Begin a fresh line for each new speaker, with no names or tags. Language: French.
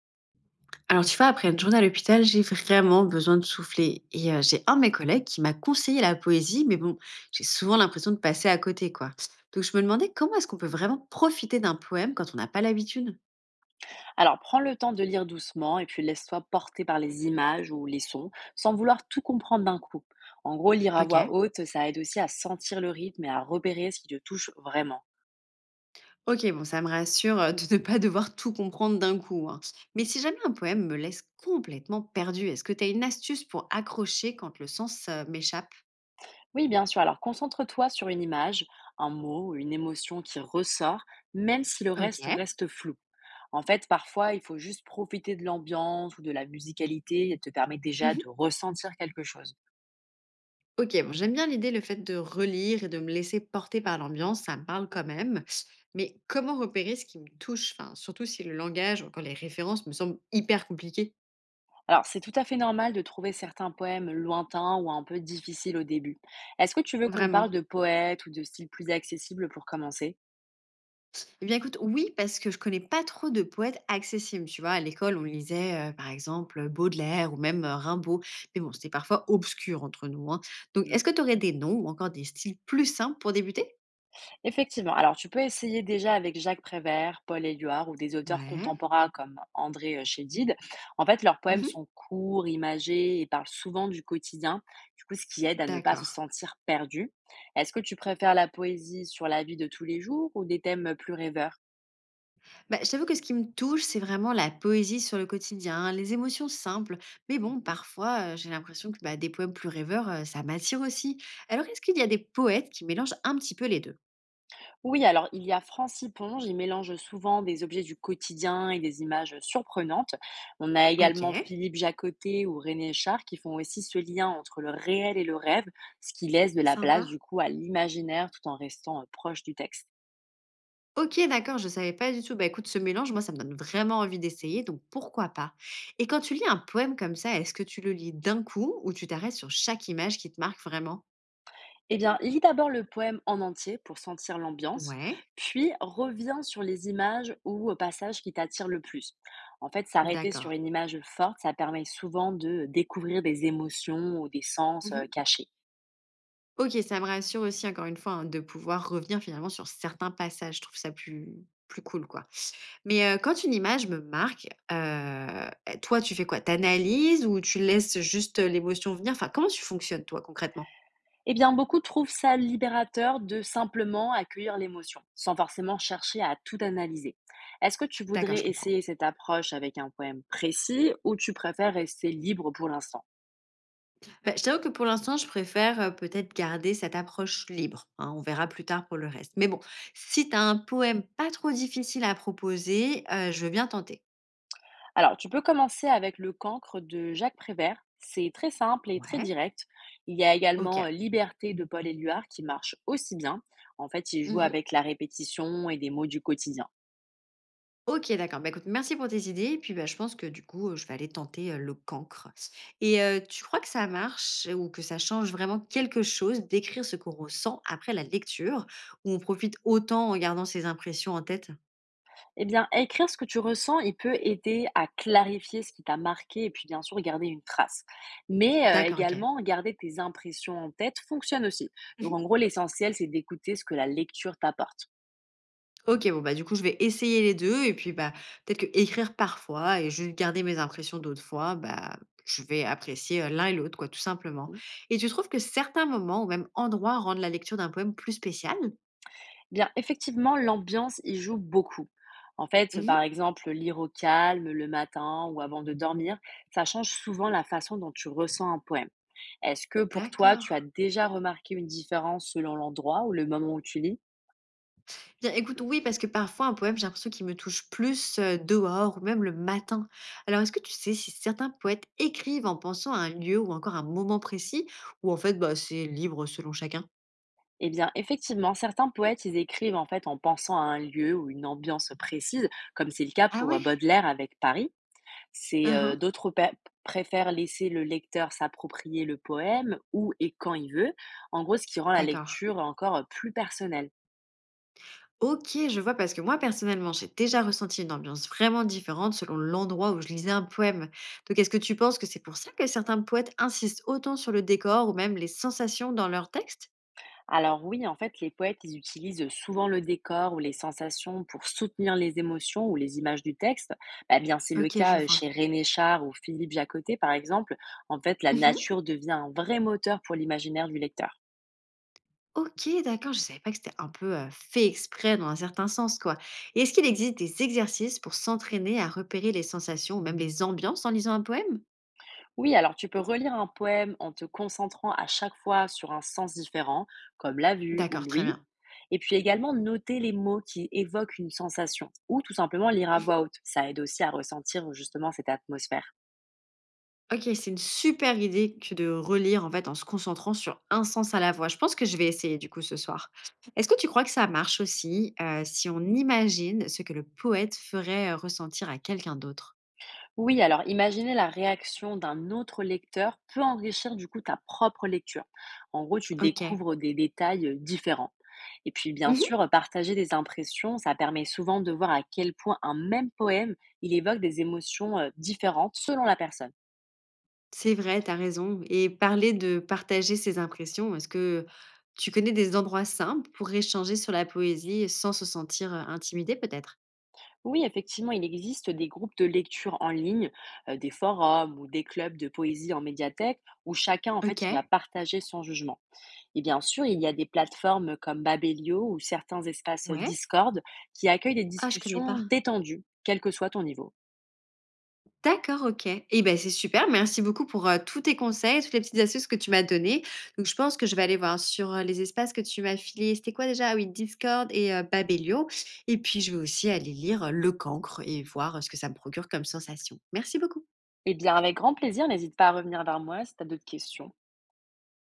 Alors, tu vois, après une journée à l'hôpital, j'ai vraiment besoin de souffler. J'ai un de mes collègues qui m'a conseillé la poésie, mais bon, j'ai souvent l'impression de passer à côté, quoi. Donc, je me demandais comment est-ce qu'on peut vraiment profiter d'un poème quand on n'a pas l'habitude.
Alors, prends le temps de lire doucement et puis laisse-toi porter par les images ou les sons sans vouloir tout comprendre d'un coup. En gros, lire à voix
Ok.
haute, ça aide aussi à sentir le rythme et à repérer ce qui te touche vraiment.
Ok, bon, ça me rassure de ne pas devoir tout comprendre d'un coup, hein. Mais si jamais un poème me laisse complètement perdue, est-ce que tu as une astuce pour accrocher quand le sens m'échappe?
Oui, bien sûr. Alors, concentre-toi sur une image, un mot ou une émotion qui ressort, même si le
Ok.
reste reste flou. En fait, parfois, il faut juste profiter de l'ambiance ou de la musicalité et te permet déjà de ressentir quelque chose.
Ok, bon, j'aime bien l'idée, le fait de relire et de me laisser porter par l'ambiance, ça me parle quand même. Mais comment repérer ce qui me touche, enfin, surtout si le langage ou encore les références me semblent hyper compliquées?
Alors, c'est tout à fait normal de trouver certains poèmes lointains ou un peu difficiles au début. Est-ce que tu veux qu'on
Vraiment.
parle de poètes ou de styles plus accessibles pour commencer?
Eh bien écoute, oui, parce que je connais pas trop de poètes accessibles. Tu vois, à l'école, on lisait par exemple Baudelaire ou même Rimbaud. Mais bon, c'était parfois obscur entre nous, hein. Donc,
Hmm.
est-ce que tu aurais des noms ou encore des styles plus simples pour débuter?
Effectivement. Alors, tu peux essayer déjà avec Jacques Prévert, Paul Éluard ou des auteurs
Ouais.
contemporains comme André Chédid. En fait, leurs poèmes
Mhm.
sont courts, imagés et parlent souvent du quotidien, du coup, ce qui aide à ne pas se
D'accord.
sentir perdu. Est-ce que tu préfères la poésie sur la vie de tous les jours ou des thèmes plus rêveurs?
Bah, je t'avoue que ce qui me touche, c'est vraiment la poésie sur le quotidien, les émotions simples. Mais bon, parfois, j'ai l'impression que bah, des poèmes plus rêveurs, ça m'attire aussi. Alors, est-ce qu'il y a des poètes qui mélangent un petit peu les deux?
Oui, alors il y a France y il mélange souvent des objets du quotidien et des images surprenantes. On a
Ok,
également Philippe Jacotet ou René Char qui font aussi ce lien entre le réel et le rêve, ce qui laisse de la place
sympa.
du coup à l'imaginaire tout en restant proche du texte.
Ok, d'accord, je savais pas du tout. Bah écoute, ce mélange, moi, ça me donne vraiment envie d'essayer, donc pourquoi pas? Et quand tu lis un poème comme ça, est-ce que tu le lis d'un coup ou tu t'arrêtes sur chaque image qui te marque vraiment?
Eh bien, lis d'abord le poème en entier pour sentir l'ambiance,
Ouais,
puis reviens sur les images ou passages qui t'attirent le plus. En fait, s'arrêter sur
d'accord.
une image forte, ça permet souvent de découvrir des émotions ou des sens cachés.
OK, ça me rassure aussi encore une fois, hein, de pouvoir revenir finalement sur certains passages. Je trouve ça plus cool, quoi. Mais, quand une image me marque, toi, tu fais quoi? Tu Ou tu laisses juste l'émotion venir? Enfin, comment tu fonctionnes toi, concrètement?
Eh bien, beaucoup trouvent ça libérateur de simplement accueillir l'émotion, sans forcément chercher à tout analyser. Est-ce que tu
D'accord, je
voudrais
comprends.
essayer cette approche avec un poème précis ou tu préfères rester libre pour l'instant?
Bah, je t'avoue que pour l'instant, je préfère, peut-être garder cette approche libre, hein. On verra plus tard pour le reste. Mais bon, si tu as un poème pas trop difficile à proposer, je veux bien tenter.
Alors, tu peux commencer avec Le Cancre de Jacques Prévert. C'est très simple et très
Ouais,
direct. Il y a également
OK.
Liberté de Paul Éluard qui marche aussi bien. En fait, il joue
Mmh.
avec la répétition et des mots du quotidien.
OK, d'accord. Bah, écoute, merci pour tes idées. Et puis, bah, je pense que du coup, je vais aller tenter, le cancre. Et tu crois que ça marche ou que ça change vraiment quelque chose d'écrire ce qu'on ressent après la lecture? Où on profite autant en gardant ses impressions en tête?
Eh bien, écrire ce que tu ressens, il peut aider à clarifier ce qui t'a marqué et puis bien sûr garder une trace. Mais
D'accord, OK.
également, garder tes impressions en tête fonctionne aussi. Donc
Mmh.
en gros, l'essentiel, c'est d'écouter ce que la lecture t'apporte.
OK, bon, bah, du coup, je vais essayer les 2 et puis, bah, peut-être que écrire parfois et juste garder mes impressions d'autres fois, bah, je vais apprécier, l'un et l'autre, quoi, tout simplement.
Mhm.
Et tu trouves que certains moments ou même endroits rendent la lecture d'un poème plus spécial?
Bien, effectivement, l'ambiance y joue beaucoup. En fait,
Mmh.
par exemple, lire au calme le matin ou avant de dormir, ça change souvent la façon dont tu ressens un poème. Est-ce que pour toi,
D'accord.
tu as déjà remarqué une différence selon l'endroit ou le moment où tu lis?
Bien, écoute, oui, parce que parfois un poème, j'ai l'impression qu'il me touche plus dehors ou même le matin. Alors, est-ce que tu sais si certains poètes écrivent en pensant à un lieu ou encore un moment précis, ou en fait, bah, c'est libre selon chacun?
Eh bien, effectivement, certains poètes, ils écrivent en fait en pensant à un lieu ou une ambiance précise, comme c'est le cas
Ah
pour
ouais?
Baudelaire avec Paris. C'est
Uhum.
préfèrent laisser le lecteur s'approprier le poème où et quand il veut. En gros, ce qui rend la
D'accord.
lecture encore plus personnelle.
Ok, je vois, parce que moi, personnellement, j'ai déjà ressenti une ambiance vraiment différente selon l'endroit où je lisais un poème. Donc, est-ce que tu penses que c'est pour ça que certains poètes insistent autant sur le décor ou même les sensations dans leurs textes?
Alors oui, en fait, les poètes, ils utilisent souvent le décor ou les sensations pour soutenir les émotions ou les images du texte. Bah, bien, c'est le
Ok, je
cas
vois.
chez René Char ou Philippe Jacotet, par exemple. En fait, la
Mhm.
nature devient un vrai moteur pour l'imaginaire du lecteur.
OK, d'accord, je savais pas que c'était un peu, fait exprès dans un certain sens, quoi. Et est-ce qu'il existe des exercices pour s'entraîner à repérer les sensations ou même les ambiances en lisant un poème?
Oui, alors tu peux relire un poème en te concentrant à chaque fois sur un sens différent, comme la vue ou
D'accord, très
l'ouïe,
bien.
et puis également noter les mots qui évoquent une sensation, ou tout simplement lire à voix haute. Ça aide aussi à ressentir justement cette atmosphère.
OK, c'est une super idée que de relire, en fait, en se concentrant sur un sens à la fois. Je pense que je vais essayer, du coup, ce soir. Est-ce que tu crois que ça marche aussi, si on imagine ce que le poète ferait, ressentir à quelqu'un d'autre?
Oui, alors imaginer la réaction d'un autre lecteur peut enrichir du coup ta propre lecture. En gros, tu
OK.
découvres des détails différents. Et puis bien sûr, partager des impressions, ça permet souvent de voir à quel point un même poème, il évoque des émotions différentes selon la personne.
C'est vrai, tu as raison. Et parler de partager ses impressions, est-ce que tu connais des endroits simples pour échanger sur la poésie sans se sentir, intimidé peut-être?
Oui, effectivement, il existe des groupes de lecture en ligne, des forums ou des clubs de poésie en médiathèque où chacun en fait, il va
OK,
partager son jugement. Et bien sûr, il y a des plateformes comme Babelio ou certains espaces
ouais.
Discord qui accueillent des
Ah, je connais
discussions
pas.
détendues, quel que soit ton niveau.
D'accord, OK. Eh ben, c'est super, merci beaucoup pour, tous tes conseils, toutes les petites astuces que tu m'as données. Donc je pense que je vais aller voir sur, les espaces que tu m'as filés. C'était quoi déjà? Ah oui, Discord et Babelio. Et puis je vais aussi aller lire, Le Cancre et voir, ce que ça me procure comme sensation. Merci beaucoup.
Et bien, avec grand plaisir, n'hésite pas à revenir vers moi si tu as d'autres questions.